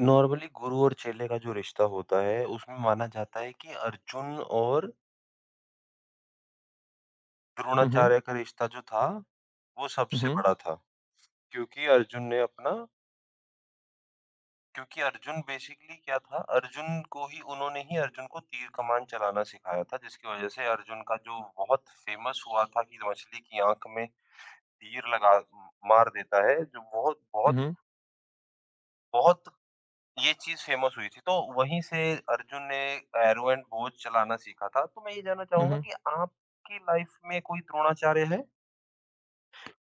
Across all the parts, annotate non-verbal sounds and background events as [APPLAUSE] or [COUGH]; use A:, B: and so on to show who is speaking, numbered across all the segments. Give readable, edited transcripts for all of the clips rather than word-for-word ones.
A: Normally गुरु और चेले का जो रिश्ता होता है, उसमें माना जाता है कि अर्जुन और
B: Mhm,
A: द्रोणाचार्य का रिश्ता जो था, वो सबसे
B: mhm,
A: बड़ा था। क्योंकि अर्जुन ने अपना क्योंकि अर्जुन बेसिकली क्या था, अर्जुन को ही उन्होंने ही अर्जुन को तीर कमान चलाना सिखाया था, जिसकी वज़ह से अर्जुन का जो बहुत फ़ेमस हुआ था कि मछली की आँख में तीर लगा मार देता है, जो बहुत बहुत
B: mhm,
A: बहुत ये चीज़ फ़ेमस हुई थी, तो वहीं से अर्जुन ने एरो एंड बोझ चलाना सीखा था। तो मैं ये जानना चाहूँगा
B: mhm।
A: कि आपकी लाइफ़ में कोई द्रोणाचार्य है?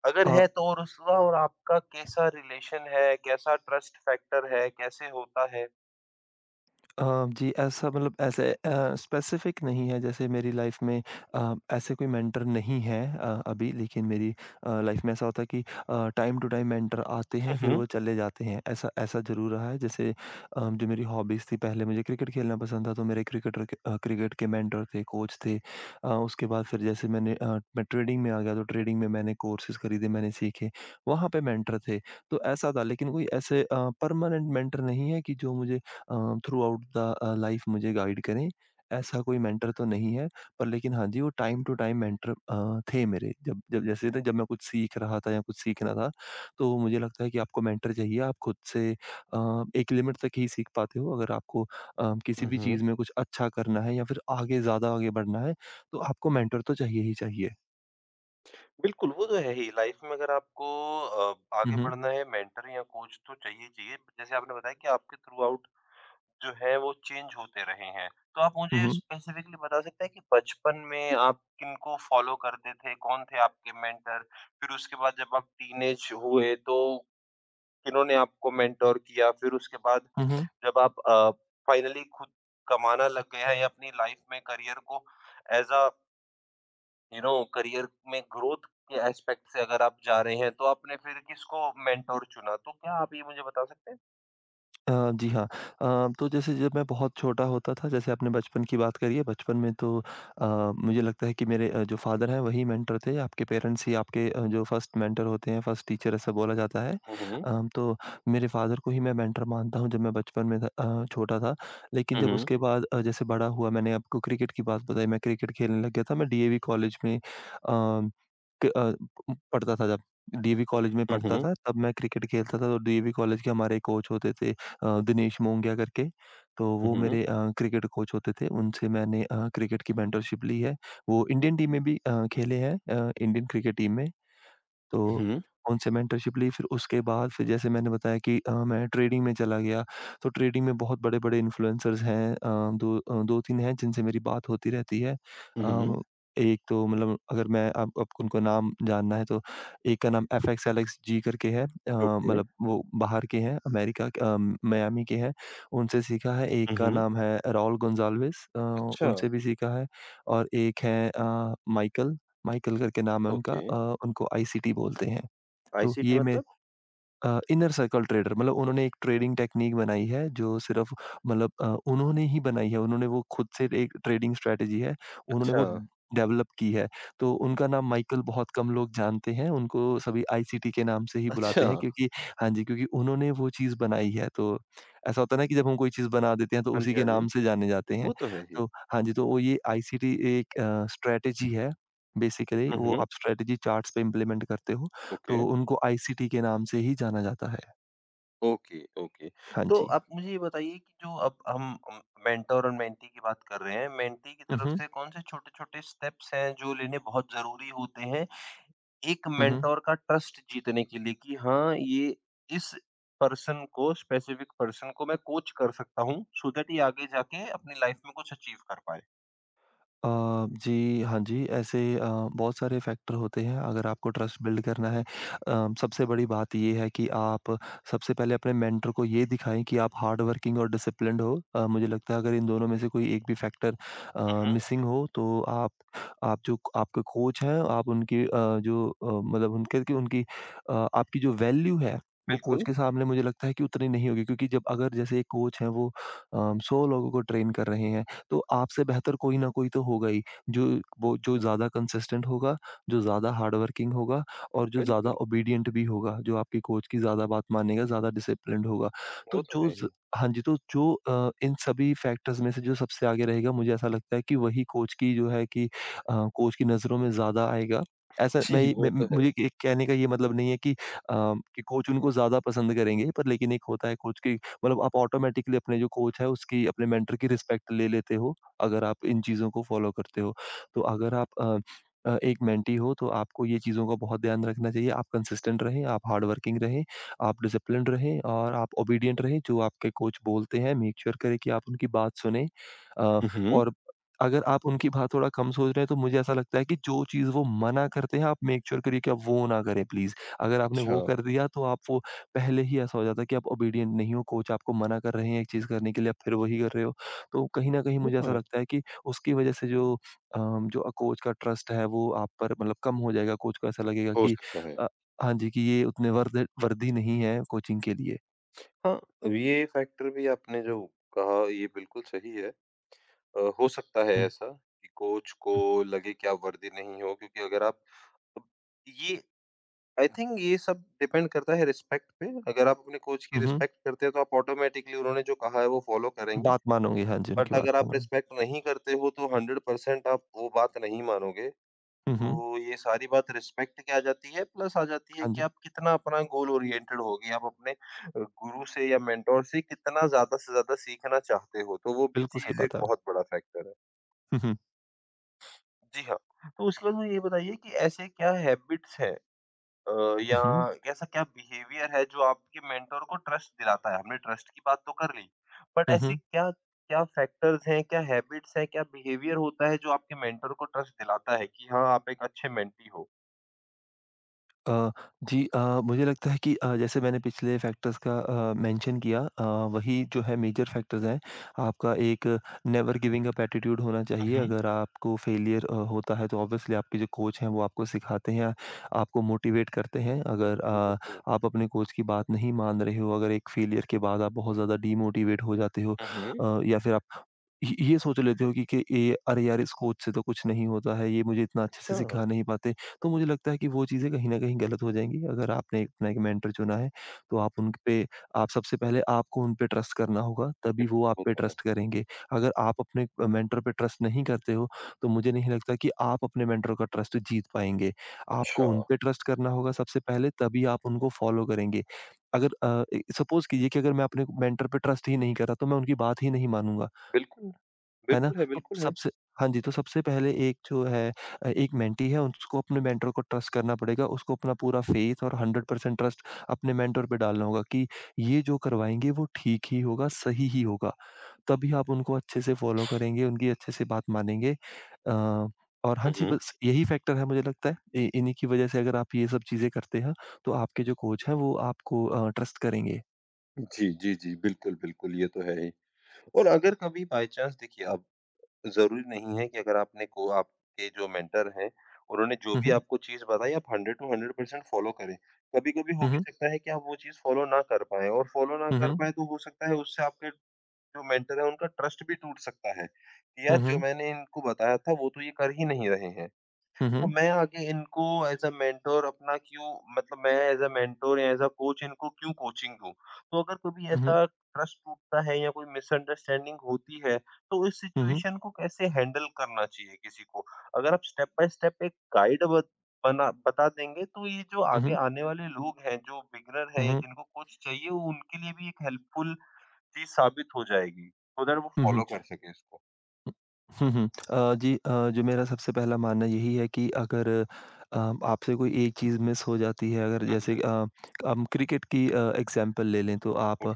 A: अगर है तो और उसका और आपका कैसा रिलेशन है? कैसा ट्रस्ट फैक्टर है? कैसे होता है?
B: अ, जी, ऐसा मतलब ऐसे स्पेसिफ़िक नहीं है जैसे मेरी लाइफ़ में ऐसे कोई मेंटर नहीं है अभी, लेकिन मेरी लाइफ़ में ऐसा होता है कि टाइम टू टाइम मेंटर आते
A: हुँ,
B: हैं फिर
A: हुँ।
B: वो चले जाते हैं। ऐसा ऐसा ज़रूर रहा है जैसे जो मेरी हॉबीज़ थी, पहले मुझे क्रिकेट खेलना पसंद था तो मेरे क्रिकेटर के क्रिकेट के मेंटर थे, कोच थे। उसके बाद फिर जैसे मैं ट्रेडिंग में आ गया तो ट्रेडिंग में मैंने कोर्सेज़ खरीदे, मैंने सीखे, वहाँ पे मेंटर थे। तो ऐसा था, लेकिन कोई ऐसे परमानेंट मेंटर नहीं है कि जो मुझे थ्रू आउट द लाइफ मुझे गाइड करें। ऐसा कोई मेंटर तो नहीं है, पर लेकिन हाँ जी, वो टाइम टू टाइम मेंटर थे मेरे। जब जब जैसे ना, जब मैं कुछ सीख रहा था या कुछ सीखना था, तो मुझे लगता है कि आपको मेंटर चाहिए। आप खुद से एक लिमिट तक ही सीख पाते हो। अगर आपको किसी
A: हुँ,
B: भी
A: हुँ।
B: चीज़ में कुछ अच्छा करना है या फिर आगे ज़्यादा आगे बढ़ना है, तो आपको मेंटर तो चाहिए ही चाहिए।
A: बिल्कुल, वो तो है ही। लाइफ़ में अगर आपको
B: हुँ,
A: आगे
B: हुँ।
A: बढ़ना है मेंटर या कोच तो चाहिए ही चाहिए। जैसे आपने बताया कि आपके थ्रू आउट जो है वो चेंज होते रहे हैं। तो आप
B: हुँ,
A: मुझे हुँ।
B: हुँ।
A: स्पेसिफिकली बता सकते हैं कि बचपन में आप किनको फ़ॉलो करते थे? कौन थे आपके मेंटर? फिर उसके बाद जब आप टीनेज हुए तो किन्होंने आपको मेंटर किया? फिर उसके बाद
B: हुँ, हुँ।
A: जब आप फाइनली खुद कमाना लग गए हैं या अपनी लाइफ़ में करियर को as a you know career में ग्रोथ के एस्पेक्ट से अगर आप जा रहे हैं तो आपने फिर किसको मेंटर चुना? तो क्या आप ये मुझे बता सकते हैं?
B: जी हाँ। तो जैसे जब मैं बहुत छोटा होता था, जैसे आपने बचपन की बात करी है, बचपन में तो अ, मुझे लगता है कि मेरे जो फ़ादर हैं वही मेंटर थे। आपके पेरेंट्स ही आपके जो फर्स्ट मेंटर होते हैं, फर्स्ट टीचर ऐसा बोला जाता है।
A: हुँ, हुँ।
B: तो मेरे फ़ादर को ही मैं मेंटर मानता हूँ जब मैं बचपन में था, छोटा था। लेकिन
A: हुँ,
B: जब
A: हुँ।
B: उसके बाद जैसे बड़ा हुआ, मैंने आपको क्रिकेट की बात बताई, मैं क्रिकेट खेलने लग गया था। मैं डीएवी कॉलेज में अ पढ़ता था, जब डीएवी कॉलेज में
A: हुँ,
B: पढ़ता
A: हुँ।
B: था, तब मैं क्रिकेट खेलता था, तो डीएवी कॉलेज के हमारे कोच होते थे दिनेश मोंगिया करके, तो वो
A: हुँ, हुँ।
B: मेरे क्रिकेट कोच होते थे, उनसे मैंने क्रिकेट की मेंटरशिप ली है। वो इंडियन टीम में भी खेले हैं, इंडियन क्रिकेट टीम में। तो उनसे मेंटरशिप ली, फिर उसके बाद फिर जैसे मैंने बताया कि मैं ट्रेडिंग में चला गया। तो ट्रेडिंग में बहुत बड़े-बड़े इन्फ्लुएंसर्स हैं, 2-3 हैं जिनसे मेरी बात होती रहती है।
A: हुँ, हुँ।
B: अ, एक तो मतलब अगर मैं आप आपको उनको नाम जानना है तो एक का नाम एफएक्स एलेक्स जी करके है,
A: ओके।
B: मतलब वो बाहर के हैं, अमेरिका के, मियामी के हैं, उनसे सीखा है। एक
A: हुँ,
B: का
A: हुँ।
B: नाम है राउल गोंजाल्वेस,
A: अच्छा,
B: उनसे भी सीखा है और एक हैं माइकल। माइकल करके नाम है उनका,
A: ओके।
B: उनको आईसीटी बोलते हैं। तो
A: आईसीटी
B: ये मैं
A: मतलब?
B: Inner circle trader. मतलब उन्होंने एक ट्रेडिंग टेक्नीक बनाई है जो सिर्फ मतलब उन्होंने ही बनाई है। उन्होंने वो खुद से, एक ट्रेडिंग स्ट्रैटेजी है, उन्होंने
A: अच्छा,
B: वो
A: अच्छा।
B: डेवलप की है। तो उनका नाम माइकल बहुत कम लोग जानते हैं, उनको सभी आईसीटी के नाम से ही बुलाते हैं,
A: [LAUGHS]
B: क्योंकि हाँ जी, क्योंकि उन्होंने वो चीज़ बनाई है। तो ऐसा होता है ना कि जब हम कोई चीज़ बना देते हैं तो
A: हाँ
B: उसी
A: जी,
B: के
A: हाँ जी।
B: नाम से जाने जाते हैं।
A: वो तो है ही।
B: तो हाँ जी, तो वो ये आईसीटी एक स्ट्रैटेजी है, बेसिकली
A: हुँ,
B: वो
A: हुँ।
B: आप स्ट्रैटेजी चार्ट्स पे इम्प्लीमेंट करते हो, तो
A: ओके,
B: उनको आईसीटी के नाम से ही जाना जाता है।
A: Okay, okay.
B: हाँ
A: तो
B: जी।
A: आप मुझे ये बताइए कि जो अब हम मेंटर और मेंटी की बात कर रहे हैं, मेंटी की
B: हुँ,
A: तरफ
B: हुँ।
A: से कौन-से छोटे-छोटे स्टेप्स हैं जो लेने बहुत ज़रूरी होते हैं, एक
B: हुँ, हुँ।
A: मेंटर का ट्रस्ट जीतने के लिए कि हाँ, ये इस पर्सन को स्पेसिफिक पर्सन को मैं कोच कर सकता हूँ सो दैट ये आगे जाके अपनी लाइफ़ में कुछ अचीव कर पाए?
B: अ, जी, हाँ जी, ऐसे बहुत सारे फैक्टर होते हैं अगर आपको ट्रस्ट बिल्ड करना है। सबसे बड़ी बात ये है कि आप सबसे पहले अपने मेंटर को ये दिखाएँ कि आप हार्ड वर्किंग और डिसिप्लिन्ड हो। मुझे लगता है अगर इन दोनों में से कोई एक भी फैक्टर
A: हुँ, हुँ।
B: मिसिंग हो तो आप जो आपके कोच हैं, आप उनकी अ, जो अ, मतलब उनके कि उनकी आपकी जो वैल्यू है वो कोच
A: बिल्कुल,
B: के सामने मुझे लगता है कि उतनी नहीं होगी, क्योंकि जब अगर जैसे एक कोच है वो अ, 100 लोगों को ट्रेन कर रहे हैं। तो आपसे बेहतर कोई ना कोई तो होगा ही, जो वो जो ज़्यादा कंसिस्टेंट होगा, जो ज़्यादा हार्ड वर्किंग होगा और जो ज़्यादा
A: बिल्कुल।
B: ओबीडिएंट भी होगा, जो आपके कोच की ज़्यादा बात मानेगा, ज़्यादा डिसिप्लिन्ड होगा। तो
A: वो तो
B: जो
A: है
B: ज़
A: ही।
B: हाँ जी, तो जो इन सभी फैक्टर्स में से जो सबसे आगे रहेगा, मुझे ऐसा लगता है कि वही कोच की जो है कि कोच की नज़रों में ज़्यादा आएगा।
A: [LAUGHS]
B: ऐसा मैं
A: जी,
B: ये
A: वो
B: मैं
A: तो है।
B: मुझे ये कहने का ये मतलब नहीं है कि कोच उनको ज़्यादा पसंद करेंगे, पर लेकिन एक होता है कोच की, मतलब आप ऑटोमेटिकली अपने जो कोच है उसकी, अपने मेंटर की रिस्पेक्ट ले लेते हो, अगर आप इन चीज़ों को फ़ॉलो करते हो। तो अगर एक मेंटी हो तो आपको ये चीज़ों का बहुत ध्यान रखना चाहिए। आप कंसिस्टेंट रहें, आप हार्ड वर्किंग रहें, आप डिसिप्लिन्ड रहें और आप ओबीडिएंट रहें। जो आपके कोच बोलते हैं, मेक श्योर करें कि आप उनकी बात सुनें। अ,
A: हुँ, हुँ।
B: और अगर आप उनकी बात थोड़ा कम सोच रहे हैं, तो मुझे ऐसा लगता है कि जो चीज़ वो मना करते हैं आप मेक श्योर करिए कि आप वो ना करें, प्लीज़। अगर आपने
A: अच्छा,
B: वो कर दिया तो आप वो पहले ही ऐसा हो जाता है कि आप ओबीडिएंट नहीं हो, कोच आपको मना कर रहे हैं एक चीज़ करने के लिए, आप फिर वही कर रहे हो। तो कहीं न कहीं
A: वो
B: मुझे
A: तो
B: ऐसा
A: है,
B: लगता है कि उसकी वज़ह से जो कोच का ट्रस्ट है वो आप पर मतलब कम हो जाएगा, कोच को ऐसा लगेगा
A: हो
B: कि
A: सकता है।
B: अ, हाँ जी, कि ये उतने वर्द वर्दी नहीं है कोचिंग के लिए।
A: हाँ, ये फैक्टर भी आपने जो कहा ये बिल्कुल सही है। हो सकता है
B: हुँ,
A: ऐसा कि कोच
B: हुँ,
A: को लगे कि आप वर्दी नहीं हो क्योंकि अगर आप अब ये आई थिंक ये सब डिपेंड करता है रिस्पेक्ट पे। अगर आप अपने कोच की
B: हुँ, हुँ।
A: रिस्पेक्ट करते हैं तो आप ऑटोमैटिकली उन्होंने जो कहा है वो फॉलो करेंगे।
B: बात मानोगे, हाँ जी,
A: बट
B: उनकी बात
A: अगर आप
B: मानोगे।
A: रिस्पेक्ट नहीं करते हो तो 100% आप वो बात नहीं मानोगे।
B: हुँ, हुँ।
A: तो ये सारी बात रिस्पेक्ट की आ जाती है, प्लस आ जाती है
B: हाँ
A: कि
B: जी,
A: आप कितना अपना गोल ओरिएंटेड हो गए, आप अपने गुरु से या मेंटर से कितना ज़्यादा से ज़्यादा सीखना चाहते हो, तो वो भी
B: बिल्कुल सही
A: चीज़ एक
B: बात है।
A: बहुत बड़ा फैक्टर है।
B: हुँ, हुँ।
A: जी हाँ, तो उसके बाद मुझे ये बताइए कि ऐसे क्या हैबिट्स हैं अ,
B: हुँ,
A: या
B: हुँ।
A: ऐसा क्या बिहेवियर है जो आपके मेंटर को ट्रस्ट दिलाता है? हमने ट्रस्ट की बात तो कर ली, बट
B: हुँ,
A: ऐसी
B: हुँ।
A: क्या क्या फैक्टर्स हैं, क्या हैबिट्स हैं, क्या बिहेवियर होता है जो आपके मेंटर को ट्रस्ट दिलाता है कि हाँ, आप एक अच्छे मेंटी हो?
B: अ, जी अ, मुझे लगता है कि जैसे मैंने पिछले फैक्टर्स का मेंशन किया, वही जो है मेजर फैक्टर्स हैं। आपका एक नेवर गिविंग अप एटीट्यूड होना चाहिए।
A: हुँ,
B: अगर आपको फेलियर होता है तो ऑब्वियसली आपके जो कोच हैं वो आपको सिखाते हैं, आपको मोटिवेट करते हैं। अगर
A: हुँ।
B: आप अपने कोच की बात नहीं मान रहे हो, अगर एक फेलियर के बाद आप बहुत ज़्यादा डीमोटिवेट हो जाते हो,
A: हुँ, हुँ।
B: या फिर आप य ये सोच लेते हो कि ये, अरे यार! इस कोच से तो कुछ नहीं होता है, ये मुझे इतना अच्छे
A: अच्छा,
B: से सिखा नहीं पाते। तो मुझे लगता है कि वो चीज़ें कहीं न कहीं गलत हो जाएँगी। अगर आपने अपना एक मेंटर चुना है, तो आप सबसे पहले आपको उन पे ट्रस्ट करना होगा, तभी वो आप पे ट्रस्ट करेंगे। अगर आप अपने मेंटर पे ट्रस्ट नहीं करते हो, तो मुझे नहीं लगता कि आप अपने मेंटर का ट्रस्ट जीत पाएँगे।
A: अच्छा।
B: आपको उन पे ट्रस्ट करना होगा सबसे पहले, तभी आप उनको फॉलो करेंगे। अगर ए सपोज़ कीजिए कि अगर मैं अपने मेंटर पे ट्रस्ट ही नहीं कर रहा, तो मैं उनकी बात ही नहीं मानूँगा।
A: बिल्कुल,
B: है ना?
A: बिल्कुल है,
B: तो
A: बिल्कुल है।
B: सबसे हाँ जी, तो सबसे पहले एक जो है एक मेंटी है उसको अपने मेंटर को ट्रस्ट करना पड़ेगा, उसको अपना पूरा फ़ेथ और 100% ट्रस्ट अपने मेंटर पे डालना होगा कि ये जो करवाएँगे वो ठीक ही होगा, सही ही होगा। तभी आप उनको अच्छे से फ़ॉलो करेंगे, उनकी अच्छे से बात मानेंगे। अ, और हाँ
A: हुँ,
B: जी,
A: हुँ।
B: बस यही फैक्टर है, मुझे लगता है इ इन्हीं की वज़ह से अगर आप ये सब चीज़ें करते हैं, तो आपके जो कोच हैं वो आपको ट्रस्ट करेंगे।
A: जी, जी, जी। बिल्कुल, बिल्कुल, ये तो है ही। और अगर कभी बाय चांस देखिए अब ज़रूरी नहीं है कि अगर आपने को आपके जो मेंटर हैं, उन्होंने जो
B: हुँ,
A: भी
B: हुँ।
A: आपको चीज़ बताई आप 100 टू 100% फ़ॉलो करें। कभी-कभी हो
B: हुँ,
A: भी
B: हुँ।
A: सकता है कि आप वो चीज़ फ़ॉलो ना कर पाएँ और फ़ॉलो ना
B: हुँ,
A: कर
B: हुँ।
A: पाएँ तो हो सकता है उससे आपके जो मेंटर है उनका ट्रस्ट भी टूट सकता है, कि यार
B: हुँ,
A: जो
B: हुँ।
A: मैंने इनको बताया था वो तो ये कर ही नहीं रहे हैं।
B: हुँ,
A: तो
B: हुँ।
A: मैं आगे इनको एज़ अ मेंटर अपना क्यों मतलब मैं एज़ अ मेंटर या एज़ अ कोच इनको क्यों कोचिंग दूँ? तो अगर कभी
B: हुँ, हुँ।
A: ऐसा ट्रस्ट टूटता है या कोई मिसअंडरस्टैंडिंग होती है, तो इस
B: हुँ, हुँ।
A: सिचुएशन को कैसे हैंडल करना चाहिए किसी को? अगर आप स्टेप बाय स्टेप एक गाइड ब बना बता देंगे तो ये जो
B: हुँ,
A: आगे
B: हुँ।
A: आने वाले लोग हैं, जो बिगिनर है
B: हुँ,
A: या
B: हुँ।
A: जिनको कोच चाहिए वो उनके लिए भी एक हेल्पफुल चीज़ साबित हो जाएगी, सो दैट वो
B: हुँ, हुँ।
A: फॉलो कर सकें इसको।
B: हुँ, हुँ। जो मेरा सबसे पहला मानना यही है कि अगर अ, आपसे कोई एक चीज़ मिस हो जाती है, अगर
A: हुँ,
B: जैसे
A: हुँ।
B: हम क्रिकेट की एग्ज़ाम्पल ले लें, तो आप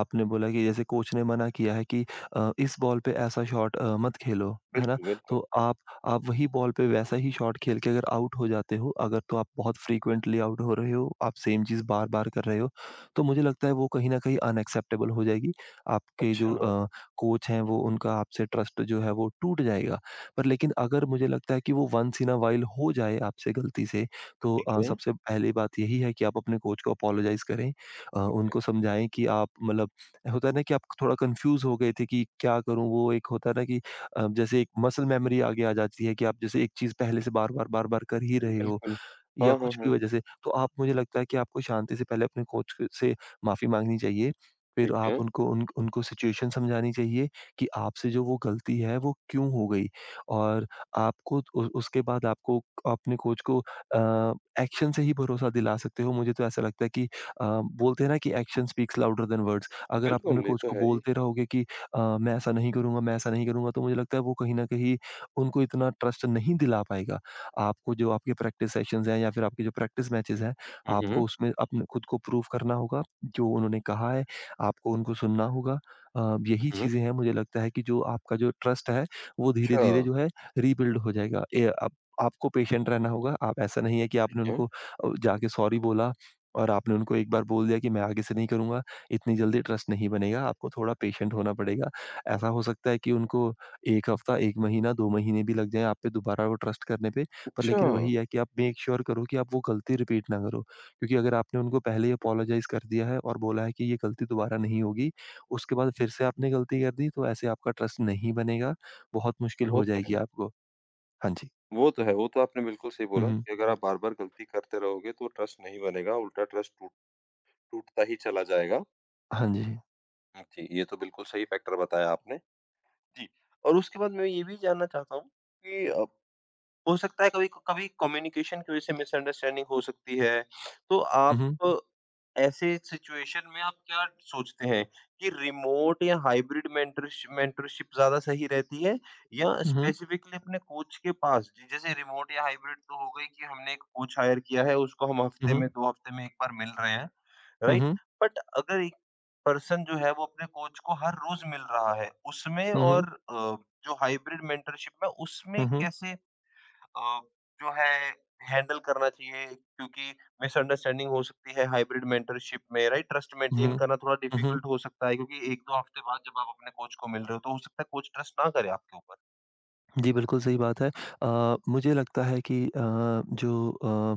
B: आपने बोला कि जैसे कोच ने मना किया है कि इस बॉल पे ऐसा शॉट मत खेलो, है ना?
A: बिल्कुल, बिल्कुल।
B: तो आप वही बॉल पे वैसा ही शॉट खेल के अगर आउट हो जाते हो, अगर तो आप बहुत फ्रीक्वेंटली आउट हो रहे हो, आप सेम चीज़ बार-बार कर रहे हो, तो मुझे लगता है वो कहीं न कहीं अनएक्सेप्टेबल हो जाएगी। आपके
A: अच्छा,
B: जो अ कोच हैं, वो उनका आपसे ट्रस्ट जो है वो टूट जाएगा। पर लेकिन अगर मुझे लगता है कि वो वंस इन अ व्हाइल हो जाए आपसे गलती से, तो
A: ठीक है।
B: सबसे पहली बात यही है कि आप अपने कोच को अपोलोजाइज़ करें। उनको समझाएँ कि आप मतलब होता है ना कि आप थोड़ा कन्फ्यूज़ हो गए थे कि क्या करूँ? वो एक होता है ना कि जैसे एक मसल मेमोरी आगे आ जाती है कि आप जैसे एक चीज़ पहले से बार-बार, बार-बार कर ही रहे हो।
A: बिल्कुल।
B: या
A: हाँ, हाँ,
B: कुछ भी
A: हाँ।
B: वजह से, तो आप मुझे लगता है कि आपको शांति से पहले अपने कोच क से माफ़ी माँगनी चाहिए। फिर आप
A: क्या?
B: उनको उन उनको सिचुएशन समझानी चाहिए कि आपसे जो वो गलती है वो क्यों हो गई, और आपको उ उसके बाद आपको अपने कोच को एक्शन से ही भरोसा दिला सकते हो। मुझे तो ऐसा लगता है कि बोलते हैं ना कि action speaks louder than words. अगर आप अपने
A: बिल्कुल
B: कोच को
A: है ये।
B: बोलते रहोगे कि मैं ऐसा नहीं करूँगा, मैं ऐसा नहीं करूँगा, तो मुझे लगता है वो कहीं न कहीं उनको इतना ट्रस्ट नहीं दिला पाएगा। आपको जो आपके प्रैक्टिस सेशंस हैं या फिर आपके जो प्रैक्टिस मैचेस हैं,
A: हुँ, हुँ।
B: आपको उसमें अपने खुद को प्रूव करना होगा, जो उन्होंने कहा है, आपको उनको सुनना होगा। यही
A: हुँ, हुँ।
B: चीज़ें हैं मुझे लगता है कि जो आपका जो ट्रस्ट है, वो धीरे-धीरे
A: अच्छा,
B: जो है रीबिल्ड हो जाएगा। ए आप आपको पेशेंट रहना होगा। आप ऐसा नहीं है कि आपने
A: ओके।
B: उनको जाके सॉरी बोला और आपने उनको एक बार बोल दिया कि मैं आगे से नहीं करूँगा, इतनी जल्दी ट्रस्ट नहीं बनेगा, आपको थोड़ा पेशेंट होना पड़ेगा। ऐसा हो सकता है कि उनको 1 हफ्ता, 1 महीना, 2 महीने भी लग जाएँ आप पे दोबारा वो ट्रस्ट करने पे। पर
A: अच्छा,
B: लेकिन वही है कि आप मेक श्योर करो कि आप वो गलती रिपीट ना करो। क्योंकि अगर आपने उनको पहले ही अपोलोजाइज़ कर दिया है और बोला है कि ये गलती दोबारा नहीं होगी, उसके बाद फिर से आपने गलती कर दी, तो ऐसे आपका ट्रस्ट नहीं बनेगा, बहुत मुश्किल
A: वो
B: हो
A: तो
B: जाएगी
A: है।
B: आपको। हाँ जी।
A: वो तो है, वो तो आपने बिल्कुल सही
B: हुँ,
A: बोला
B: हुँ।
A: कि अगर आप बार-बार गलती करते रहोगे तो ट्रस्ट नहीं बनेगा, उल्टा ट्रस्ट टूटता ही चला जाएगा।
B: हाँ जी।
A: हाँ जी, ये तो बिल्कुल सही फैक्टर बताया आपने। जी, और उसके बाद मैं ये भी जानना चाहता हूँ कि हो सकता है कभी कभी कम्युनिकेशन की वजह से मिसअंडरस्टैंडिंग हो सकती है। तो
B: हुँ,
A: आप
B: हुँ।
A: ऐसे सिचुएशन में आप क्या सोचते हैं कि रिमोट या हाइब्रिड मेंटरशिप ज़्यादा सही रहती है या
B: हुँ, हुँ।
A: स्पेसिफिकली अपने कोच के पास? जी, जैसे रिमोट या हाइब्रिड तो हो गई कि हमने एक कोच हायर किया है, उसको हम
B: हुँ,
A: हफ्ते
B: हुँ।
A: में 2 हफ्ते में 1 बार मिल रहे हैं,
B: हुँ,
A: राइट?
B: हुँ।
A: बट अगर एक पर्सन जो है वो अपने कोच को हर रोज़ मिल रहा है, उसमें
B: हुँ, हुँ।
A: और जो हाइब्रिड मेंटरशिप में उसमें
B: हुँ, हुँ।
A: कैसे अ, जो है हैंडल करना चाहिए क्योंकि मिसअंडरस्टैंडिंग हो सकती है हाइब्रिड मेंटरशिप में राइट ट्रस्ट
B: हुँ,
A: मेंटेन
B: हुँ।
A: करना थोड़ा
B: हुँ, हुँ।
A: डिफिकल्ट हो सकता है क्योंकि 1-2 हफ्ते बाद जब आप अपने कोच को मिल रहे हो तो हो सकता है कोच ट्रस्ट ना करे आपके ऊपर।
B: जी, बिल्कुल सही बात है। मुझे लगता है कि जो अ,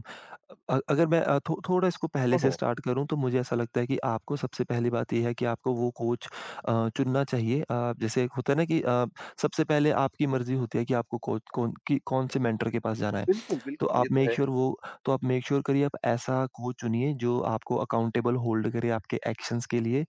B: अगर मैं अ, थो थोड़ा इसको पहले
A: हाँ,
B: से
A: हाँ।
B: स्टार्ट करूँ, तो मुझे ऐसा लगता है कि आपको सबसे पहली बात ये है कि आपको वो कोच चुनना चाहिए। जैसे एक होता है ना कि सबसे पहले आपकी मर्ज़ी होती है कि आपको कोच कौन-से मेंटर के पास जाना है।
A: बिल्कुल,
B: तो
A: बिल्कुल ये
B: आप
A: तो
B: मेक
A: है।
B: श्योर वो तो आप मेक श्योर करिए, आप ऐसा कोच चुनिए जो आपको अकाउंटेबल होल्ड करे आपके एक्शंस के लिए।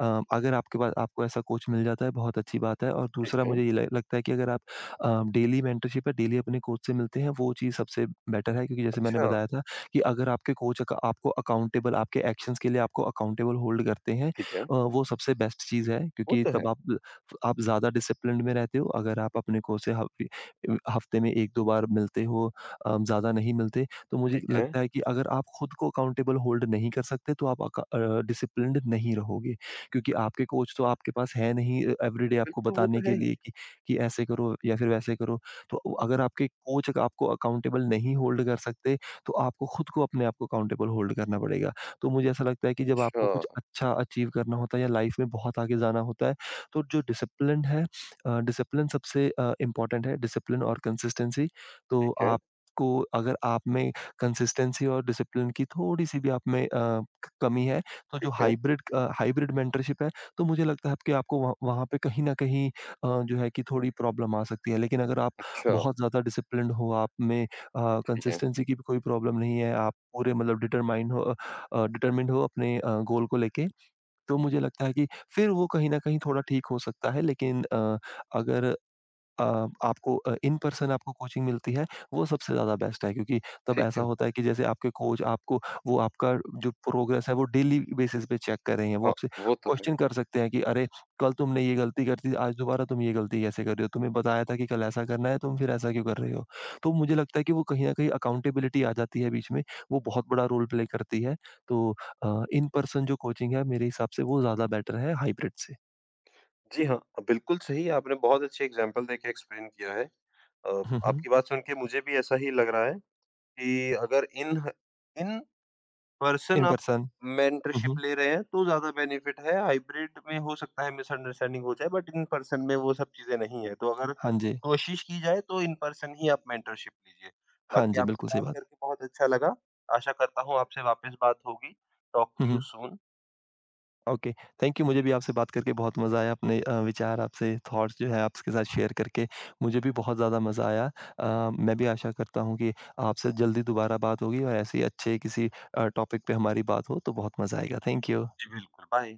B: अगर आपके पास आपको ऐसा कोच मिल जाता है, बहुत अच्छी बात है। और दूसरा मुझे ये ल लगता है कि अगर आप डेली मेंटरशिप या डेली अपने कोच से मिलते हैं, वो चीज़ सबसे बेटर है, क्योंकि जैसे मैंने
A: अच्छा
B: बताया था कि अगर आपके कोच अक आपको अकाउंटेबल, आपके एक्शंस के लिए आपको अकाउंटेबल होल्ड करते हैं,
A: ठीक है,
B: वो सबसे बेस्ट चीज़ है,
A: वो
B: क्योंकि
A: तो है,
B: तब आप ज़्यादा डिसिप्लिन्ड में रहते हो। अगर आप अपने कोच से हफ़्ते में 1-2 बार मिलते हो, ज़्यादा नहीं मिलते, तो मुझे
A: ठीक है।
B: लगता है कि अगर आप खुद को अकाउंटेबल होल्ड नहीं कर सकते तो आप डिसिप्लिन्ड नहीं रहोगे। क्योंकि आपके कोच तो आपके पास है नहीं, एवरीडे आपको
A: बिल्कुल वो
B: बताने
A: तो है
B: के
A: ही।
B: लिए कि ऐसे करो या फिर वैसे करो। तो अगर आपके कोच आपको अकाउंटेबल नहीं होल्ड कर सकते, तो आपको खुद को, अपने आप को अकाउंटेबल होल्ड करना पड़ेगा। तो मुझे ऐसा लगता है कि जब आपको
A: अच्छा
B: कुछ अच्छा अचीव करना होता है या लाइफ में बहुत आगे जाना होता है, तो जो डिसिप्लिन है, डिसिप्लिन सबसे इम्पोर्टेंट है, डिसिप्लिन और कंसिस्टेंसी। तो
A: ठीक है,
B: आप को अगर आप में कंसिस्टेंसी और डिसिप्लिन की थोड़ी-सी भी, आप में कमी है, तो जो
A: ठीक है।
B: हाइब्रिड मेंटरशिप है, तो मुझे लगता है कि आपको वहाँ वहाँ पे कहीं न कहीं जो है कि थोड़ी प्रॉब्लम आ सकती है। लेकिन अगर आप
A: अच्छा
B: बहुत ज़्यादा डिसिप्लिन्ड हो, आप में
A: ठीक है,
B: कंसिस्टेंसी की भी कोई प्रॉब्लम नहीं है, आप पूरे मतलब डिटरमाइन हो अ अ, डिटरमिन्ड हो अपने गोल को लेके, तो मुझे लगता है कि फिर वो कहीं न कहीं थोड़ा ठीक हो सकता है। लेकिन अगर अ, आपको इन पर्सन आपको कोचिंग मिलती है, वो सबसे ज़्यादा बेस्ट है, क्योंकि तब
A: ठीक
B: ऐसा
A: है।
B: होता है कि जैसे आपके कोच आपको वो आपका जो प्रोग्रेस है वो डेली बेसिस पे चेक कर रहे हैं। वो
A: हाँ,
B: आपसे
A: वो तो है।
B: क्वेश्चन कर सकते हैं कि अरे! कल तुमने ये गलती कर दी, आज दोबारा तुम ये गलती कैसे कर रहे हो? तुम्हें बताया था कि कल ऐसा करना है, तुम फिर ऐसा क्यों कर रहे हो? तो मुझे लगता है कि वो कहीं न कहीं अकाउंटेबिलिटी आ जाती है बीच में, वो बहुत बड़ा रोल प्ले करती है। तो इन पर्सन जो कोचिंग है मेरे हिसाब से वो ज़्यादा बेटर है हाइब्रिड से।
A: जी हाँ, बिल्कुल सही आपने बहुत अच्छे एग्ज़ाम्पल देके एक्सप्लेन किया है।
B: हुँ, हुँ।
A: आपकी बात सुन के मुझे भी ऐसा ही लग रहा है। कि अगर इन पर्सन
B: इन
A: आप
B: पर्सन। हुँ,
A: मेंटरशिप
B: हुँ।
A: ले रहे हैं, तो ज़्यादा बेनिफिट है, हाइब्रिड में हो सकता है मिसअंडरस्टैंडिंग हो जाए बट इन पर्सन में वो सब चीज़ें नहीं है, तो अगर
B: हाँ जी।
A: कोशिश की जाए तो इन पर्सन ही आप मेंटरशिप लीजिए।
B: हाँ
A: बाकी
B: जी,
A: आपसे
B: बिल्कुल सही
A: बात
B: बात है।
A: करके बहुत अच्छा लगा, आशा करता हूँ आपसे वापस बात होगी, talk
B: hmm,
A: to you
B: hmm.
A: Soon.
B: Okay, thank you. मुझे भी आपसे बात करके बहुत मज़ा आया। अपने विचार, आपसे थॉट्स जो है आपके साथ शेयर करके मुझे भी बहुत ज़्यादा मज़ा आया। मैं भी आशा करता हूँ कि आपसे जल्दी दोबारा बात होगी और ऐसे ही अच्छे किसी टॉपिक पे हमारी बात हो तो बहुत मज़ा आएगा। Thank you.
A: जी, बिल्कुल, बाय।